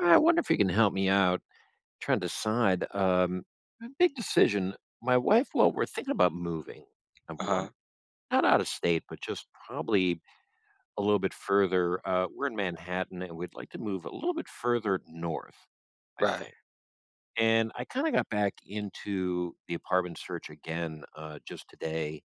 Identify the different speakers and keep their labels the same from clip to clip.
Speaker 1: I wonder if you can help me out trying to decide. A big decision. My wife, well, we're thinking about moving, number one,
Speaker 2: Uh-huh.
Speaker 1: not out of state, but just probably a little bit further. We're in Manhattan and we'd like to move a little bit further north, I
Speaker 2: Right.
Speaker 1: think. And I kind of got back into the apartment search again just today.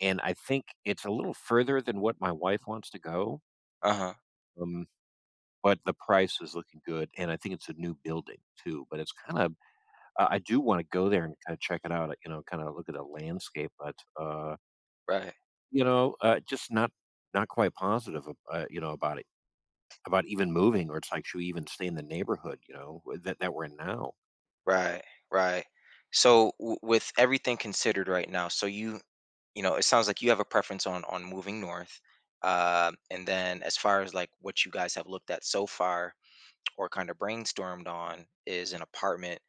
Speaker 1: And I think it's a little further than what my wife wants to go.
Speaker 2: Uh-huh.
Speaker 1: Um, but the price is looking good. And I think it's a new building too, but it's kind of— I do wanna go there and kinda check it out, kinda look at the landscape, but,
Speaker 2: Right.
Speaker 1: just not quite positive, ab about even moving, or it's like, should we even stay in the neighborhood, you know, w that we're in now?
Speaker 2: Right. Right. So with everything considered right now, so you know, it sounds like you have a preference on moving north. And then as far as like what you guys have looked at so far or kind of brainstormed on is an apartment.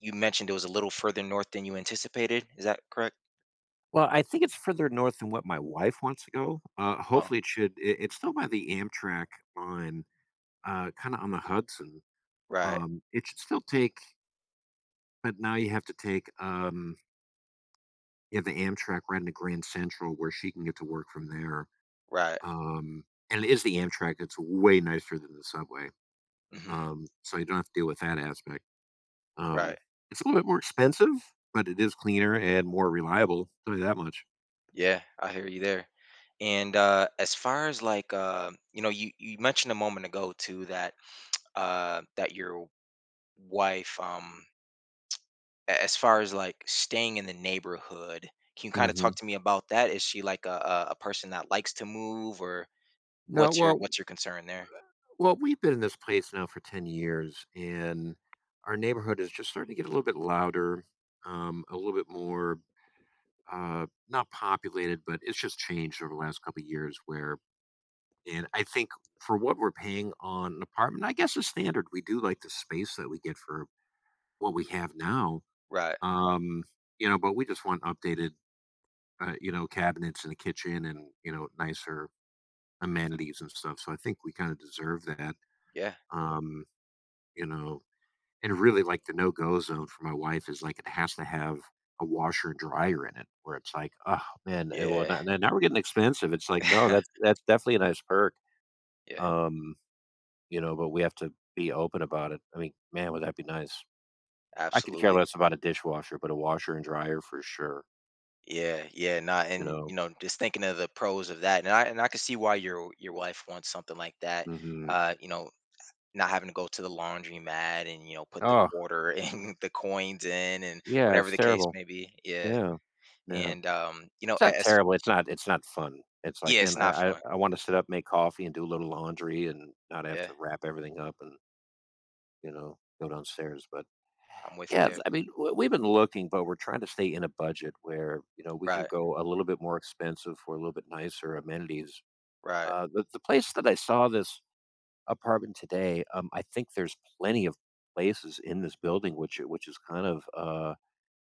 Speaker 2: You mentioned it was a little further north than you anticipated. Is that correct?
Speaker 1: Well, I think it's further north than what my wife wants to go.
Speaker 2: Oh,
Speaker 1: Hopefully, it should it it's still by the Amtrak line, kinda on the Hudson.
Speaker 2: right.
Speaker 1: It should still take but now you have to take, yeah, the Amtrak right into Grand Central where she can get to work from there.
Speaker 2: Right.
Speaker 1: Um, and it is the Amtrak, it's way nicer than the subway,
Speaker 2: Mhm.
Speaker 1: so you don't have to deal with that aspect. Um,
Speaker 2: Right.
Speaker 1: it's a little bit more expensive, but it is cleaner and more reliable, tell you that much.
Speaker 2: Yeah, I hear you there. And as far as like you know, you mentioned a moment ago too that that your wife, as far as like staying in the neighborhood, can you kind of
Speaker 1: Mhm.
Speaker 2: talk to me about that? Is she like a person that likes to move, or
Speaker 1: No,
Speaker 2: what's your
Speaker 1: well,
Speaker 2: concern there?
Speaker 1: we've been in this place now for 10 years, and our neighborhood is just starting to get a little bit louder, a little bit more, not populated, but it's just changed over the last couple of years where and I think for what we're paying on an apartment, I guess it's standard, we do like the space that we get for what we have now.
Speaker 2: Right.
Speaker 1: Um, but we just want updated, cabinets in the kitchen and, nicer amenities and stuff. So I think we kind of deserve that.
Speaker 2: Yeah.
Speaker 1: Um, you know, and really like the no go zone for my wife is like it has to have a washer and dryer in it where it's like, oh man, well,
Speaker 2: Yeah.
Speaker 1: now we're getting expensive. It's like, no, that's, that's definitely a nice perk.
Speaker 2: yeah.
Speaker 1: Um, but we have to be open about it. I mean, man, would that be nice? I could care
Speaker 2: Absolutely.
Speaker 1: less about a dishwasher, but a washer and dryer for sure.
Speaker 2: Yeah. Yeah. Not
Speaker 1: You
Speaker 2: and
Speaker 1: know?
Speaker 2: you know, just thinking of the pros of that, and I can see why your wife wants something like that.
Speaker 1: Mhm.
Speaker 2: You know, not having to go to the laundromat and you know put the
Speaker 1: Oh,
Speaker 2: quarter and the coins in and
Speaker 1: yeah,
Speaker 2: whatever
Speaker 1: it's
Speaker 2: the case
Speaker 1: terrible.
Speaker 2: may be. Yeah.
Speaker 1: Yeah, yeah.
Speaker 2: And, you know,
Speaker 1: It's not
Speaker 2: as.
Speaker 1: terrible, it's not fun. It's like,
Speaker 2: Yeah, it's
Speaker 1: man,
Speaker 2: not
Speaker 1: I I
Speaker 2: fun.
Speaker 1: I wanna sit up, make coffee, and do a little laundry and not have
Speaker 2: Yeah,
Speaker 1: to wrap everything up and, go downstairs, but
Speaker 2: I'm with you
Speaker 1: yeah, it's
Speaker 2: there.
Speaker 1: I mean, w we've been looking, but we're trying to stay in a budget where, we can
Speaker 2: Right,
Speaker 1: go a little bit more expensive for a little bit nicer amenities.
Speaker 2: right.
Speaker 1: The place that I saw this apartment today, I think there's plenty of places in this building which is kind of,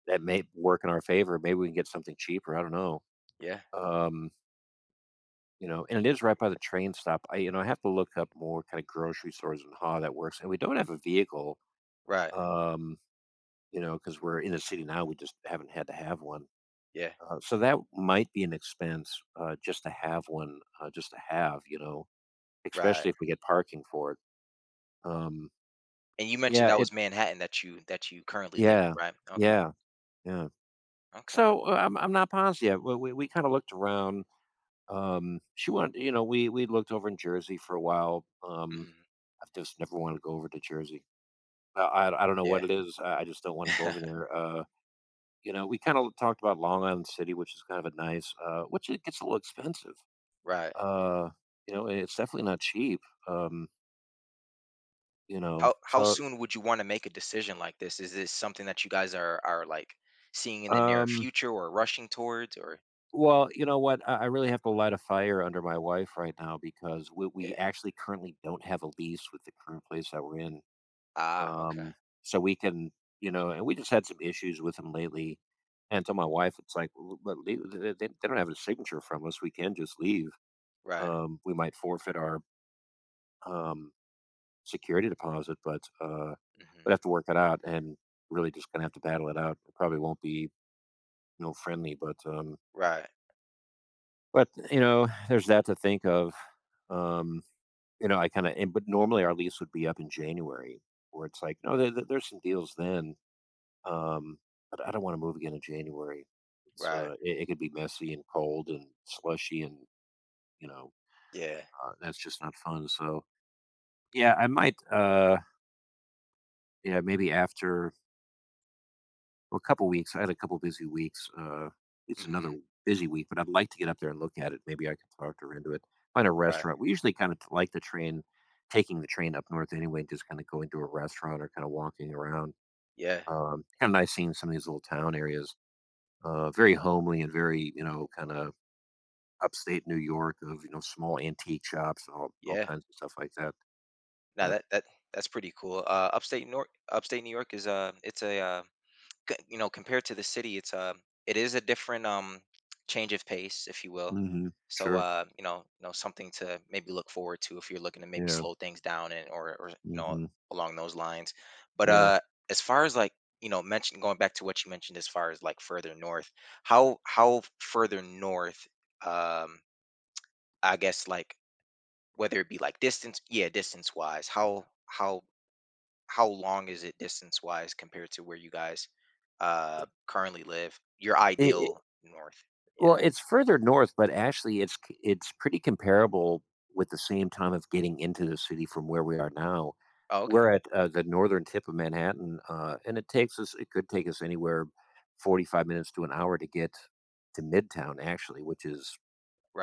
Speaker 1: that may work in our favor. Maybe we can get something cheaper. I don't know.
Speaker 2: Yeah,
Speaker 1: Um, and it is right by the train stop. I have to look up more kind of grocery stores and how that works. And we don't have a vehicle,
Speaker 2: right.
Speaker 1: um, because we're in the city now. We just haven't had to have one.
Speaker 2: Yeah,
Speaker 1: So that might be an expense just to have one, just to have, especially
Speaker 2: right.
Speaker 1: if we get parking for it. Um,
Speaker 2: And you mentioned
Speaker 1: yeah,
Speaker 2: that was Manhattan that you currently live in,
Speaker 1: yeah,
Speaker 2: right? Okay,
Speaker 1: yeah, yeah.
Speaker 2: okay.
Speaker 1: So, I'm not positive yet. We kind of looked around. She wanted, we looked over in Jersey for a while.
Speaker 2: Mhm.
Speaker 1: I've just never wanted to go over to Jersey. I don't know what
Speaker 2: Yeah.
Speaker 1: it is. I just don't want to go over there. We kind of talked about Long Island City, which is kind of a nice, which it gets a little expensive.
Speaker 2: Right.
Speaker 1: Uh, it's definitely not cheap. Um,
Speaker 2: How
Speaker 1: so
Speaker 2: soon would you wanna make a decision like this? Is this something that you guys are, like, seeing in the near
Speaker 1: um,
Speaker 2: future or rushing towards or.
Speaker 1: well, you know what? I really have to light a fire under my wife right now because we
Speaker 2: Yeah.
Speaker 1: actually currently don't have a lease with the current place that we're in.
Speaker 2: Ah, okay.
Speaker 1: Um, so we can— and we just had some issues with him lately. And to my wife, it's like, "Well, but leave, they don't have a signature from us. We can just leave.
Speaker 2: Right.
Speaker 1: We might forfeit our um, security deposit, but we'd
Speaker 2: Mhm.
Speaker 1: have to work it out and really just gonna have to battle it out. It probably won't be no friendly, but
Speaker 2: Right,
Speaker 1: there's that to think of. Um, but normally our lease would be up in January, where it's like, no, there's some deals then. Um, but I don't want to move again in January. It's
Speaker 2: right.
Speaker 1: uh, it, it could be messy and cold and slushy, and you know
Speaker 2: Yeah.
Speaker 1: that's just not fun. So yeah, I might yeah maybe after well, a couple weeks. I had a couple busy weeks. It's another
Speaker 2: Mhm.
Speaker 1: busy week, but I'd like to get up there and look at it. Maybe I can talk her into it. Find a
Speaker 2: Right.
Speaker 1: restaurant. We usually kind of like the train, taking the train up north anyway, and just kind of going to a restaurant or kind of walking around.
Speaker 2: Yeah,
Speaker 1: Kind of nice seeing some of these little town areas. Very homely and very, kind of upstate New York of, small antique shops and all
Speaker 2: yeah.
Speaker 1: kinds of stuff like that,
Speaker 2: No,
Speaker 1: but
Speaker 2: that's pretty cool. Upstate New York, upstate New York is it's a you know, compared to the city, it's it is a different change of pace, if you will.
Speaker 1: Mhm,
Speaker 2: So
Speaker 1: sure,
Speaker 2: you know, something to maybe look forward to if you're looking to maybe
Speaker 1: yeah,
Speaker 2: slow things down and or you know
Speaker 1: mhm,
Speaker 2: along those lines. But
Speaker 1: yeah.
Speaker 2: as far as like you know, mention going back to what you mentioned as far as like further north, how further north, um, I guess like whether it be like distance, yeah, distance wise, how long is it distance wise compared to where you guys currently live? Your
Speaker 1: It
Speaker 2: ideal north. Yeah.
Speaker 1: Well, it's further north, but actually it's pretty comparable with the same time of getting into the city from where we are now.
Speaker 2: Oh, okay.
Speaker 1: We're at, the northern tip of Manhattan, and it could take us anywhere 45 minutes to an hour to get to Midtown actually, which is,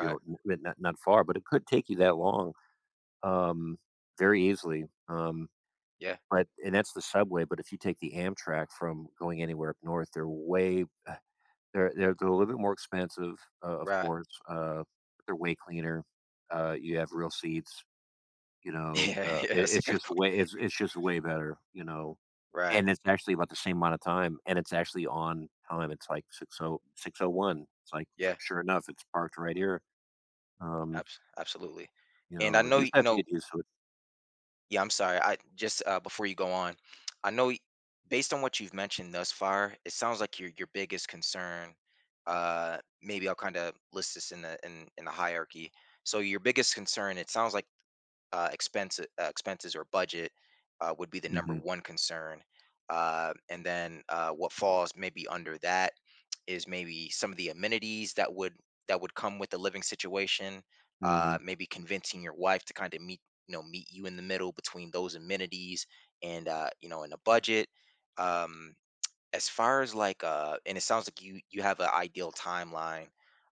Speaker 1: not far, but it could take you that long. um, Very easily.
Speaker 2: Yeah.
Speaker 1: But And that's the subway. But if you take the Amtrak from going anywhere up north, they're a little bit more expensive, of
Speaker 2: Right.
Speaker 1: course. But they're way cleaner. You have real seats. You know,
Speaker 2: Yeah. Yeah. That's a good point.
Speaker 1: it's just way better. You know,
Speaker 2: Right.
Speaker 1: and it's actually about the same amount of time, and it's actually on time. It's like six oh six oh one. It's like for,
Speaker 2: Yeah.
Speaker 1: sure enough, it's parked right here. Um,
Speaker 2: Absolutely. And I know,
Speaker 1: you just
Speaker 2: you
Speaker 1: have to
Speaker 2: know,
Speaker 1: get used to it.
Speaker 2: yeah, I'm sorry. I just before you go on, I know based on what you've mentioned thus far, it sounds like your biggest concern, maybe I'll kind of list this in the hierarchy. So your biggest concern, it sounds like expense, expenses or budget would be the number
Speaker 1: Hmm.
Speaker 2: one concern. And then what falls maybe under that is maybe some of the amenities that would come with the living situation.
Speaker 1: Hmm.
Speaker 2: Maybe convincing your wife to kind of meet you know meet you in the middle between those amenities and you know and a budget. Um, as far as like and it sounds like you have an ideal timeline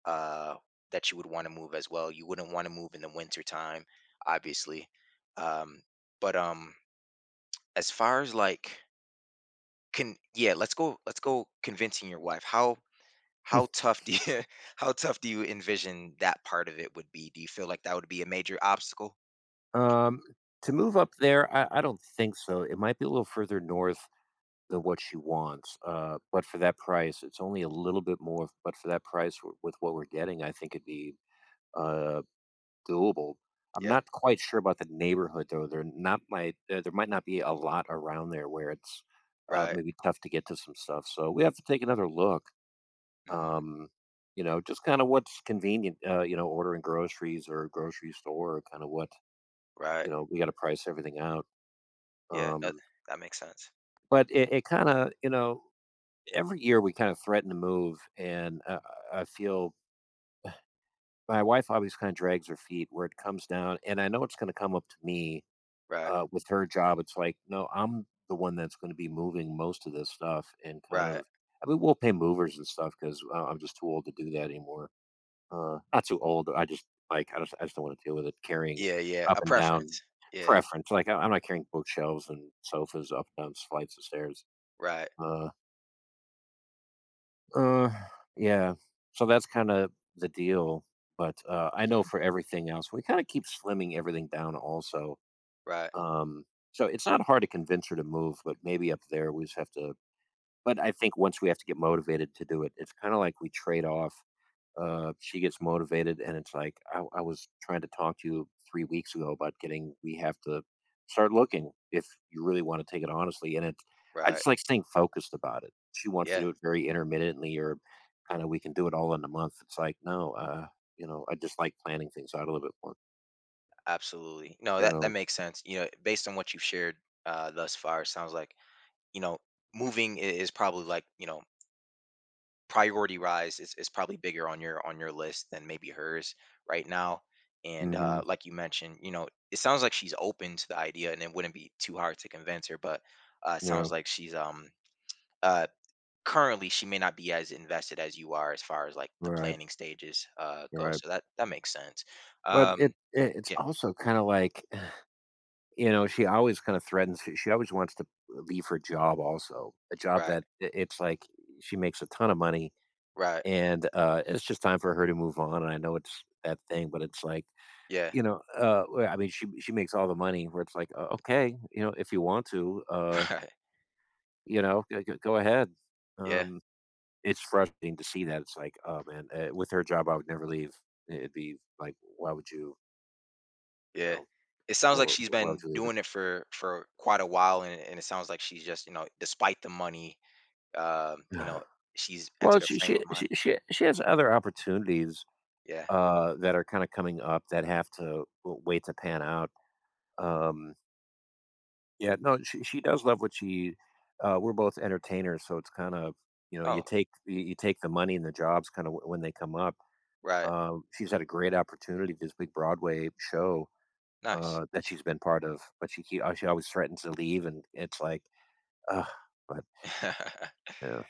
Speaker 2: uh that you would want to move as well, you wouldn't want to move in the winter time, obviously, um but as far as like can yeah let's go convincing your wife, how tough do you how tough do you envision that part of it would be, do you feel like that would be a major obstacle?
Speaker 1: Um, to move up there, I don't think so. It might be a little further north than what she wants, but for that price, it's only a little bit more. But for that price, with what we're getting, I think it'd be uh, doable. I'm
Speaker 2: Yeah,
Speaker 1: not quite sure about the neighborhood though. There might not be a lot around there where it's
Speaker 2: right.
Speaker 1: maybe tough to get to some stuff. So we have to take another look.
Speaker 2: Hmm.
Speaker 1: Um, just kind of what's convenient. Ordering groceries or a grocery store, or kind of what
Speaker 2: Right.
Speaker 1: you know. We got to price everything out.
Speaker 2: Yeah, that,
Speaker 1: Um,
Speaker 2: that makes sense.
Speaker 1: but every year we kind of threaten to move, and I feel my wife always kind of drags her feet where it comes down, and I know it's going to come up to me
Speaker 2: Right,
Speaker 1: with her job. It's like, no, I'm the one that's going to be moving most of this stuff, and
Speaker 2: right.
Speaker 1: I mean, we'll pay movers and stuff because I'm just too old to do that anymore. Not too old. I just like I just don't want to deal with it carrying
Speaker 2: Yeah, yeah,
Speaker 1: up
Speaker 2: a
Speaker 1: and down
Speaker 2: preference. Yeah,
Speaker 1: preference. Like I'm not carrying bookshelves and sofas up and down flights of stairs.
Speaker 2: right.
Speaker 1: Uh, Uh, yeah. So that's kinda the deal, but, I know
Speaker 2: Mm-hmm.
Speaker 1: for everything else, we kinda keep slimming everything down also,
Speaker 2: Right,
Speaker 1: um, so it's not hard to convince her to move, but maybe up there we just have to— but I think once we have to get motivated to do it, it's kinda like we trade off she gets motivated, and it's like I was trying to talk to you 3 weeks ago about getting. We have to start looking if you really want to take it honestly. And it's I
Speaker 2: right.
Speaker 1: just like staying focused about it. She wants to
Speaker 2: Yeah,
Speaker 1: do it very intermittently, or kind of we can do it all in a month. It's like no, I just like planning things out a little bit more.
Speaker 2: absolutely. No,
Speaker 1: You
Speaker 2: that that
Speaker 1: know.
Speaker 2: makes sense. You know, based on what you've shared thus far, it sounds like you know moving is probably like you know priority rise is probably bigger on your list than maybe hers right now. And
Speaker 1: Mm-hmm.
Speaker 2: like you mentioned, you know, it sounds like she's open to the idea, and it wouldn't be too hard to convince her. But it
Speaker 1: Yeah.
Speaker 2: sounds like she's uh currently she may not be as invested as you are as far as like the
Speaker 1: Right.
Speaker 2: planning stages go.
Speaker 1: Right.
Speaker 2: So that that makes sense.
Speaker 1: But
Speaker 2: Um,
Speaker 1: it's
Speaker 2: yeah,
Speaker 1: also kind of like. You know, she always kinda threatens she always wants to leave her job also, a job
Speaker 2: right.
Speaker 1: that I it's like she makes a ton of money,
Speaker 2: Right.
Speaker 1: and, it's just time for her to move on, and I know it's that thing, but it's like,
Speaker 2: Yeah.
Speaker 1: well, I mean, she makes all the money where it's like, "O Okay, you know, if you want to,
Speaker 2: Right.
Speaker 1: g g go ahead."
Speaker 2: Yeah.
Speaker 1: Um, it's frustrating to see that, it's like, "Oh, man," with her job, I would never leave. It'd be like, "Why would you?" You
Speaker 2: Yeah.
Speaker 1: know,
Speaker 2: It sounds
Speaker 1: "Why
Speaker 2: like
Speaker 1: why
Speaker 2: she's
Speaker 1: why would
Speaker 2: been
Speaker 1: you leave it?"
Speaker 2: doing it for quite a while, and it sounds like she's just you know, despite the money, you know, she's
Speaker 1: Well,
Speaker 2: entered a
Speaker 1: she
Speaker 2: frame
Speaker 1: she
Speaker 2: of mind.
Speaker 1: she she she has other opportunities,
Speaker 2: Yeah.
Speaker 1: that are kinda coming up that have to w wait to pan out. Um, yeah, no, she does love what she we're both entertainers, so it's kind of, you
Speaker 2: Oh.
Speaker 1: take you you take the money and the jobs kinda when they come up.
Speaker 2: Right.
Speaker 1: She's had a great opportunity, this big Broadway show,
Speaker 2: Nice.
Speaker 1: that she's been part of, but she always threatens to leave, and it's like, ugh, but yeah.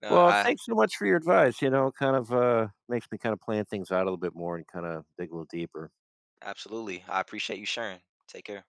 Speaker 2: no,
Speaker 1: Well,
Speaker 2: I
Speaker 1: thanks so much for your advice, kind of, makes me kinda plan things out a little bit more and kinda dig a little deeper.
Speaker 2: absolutely. I appreciate you sharing. Take care.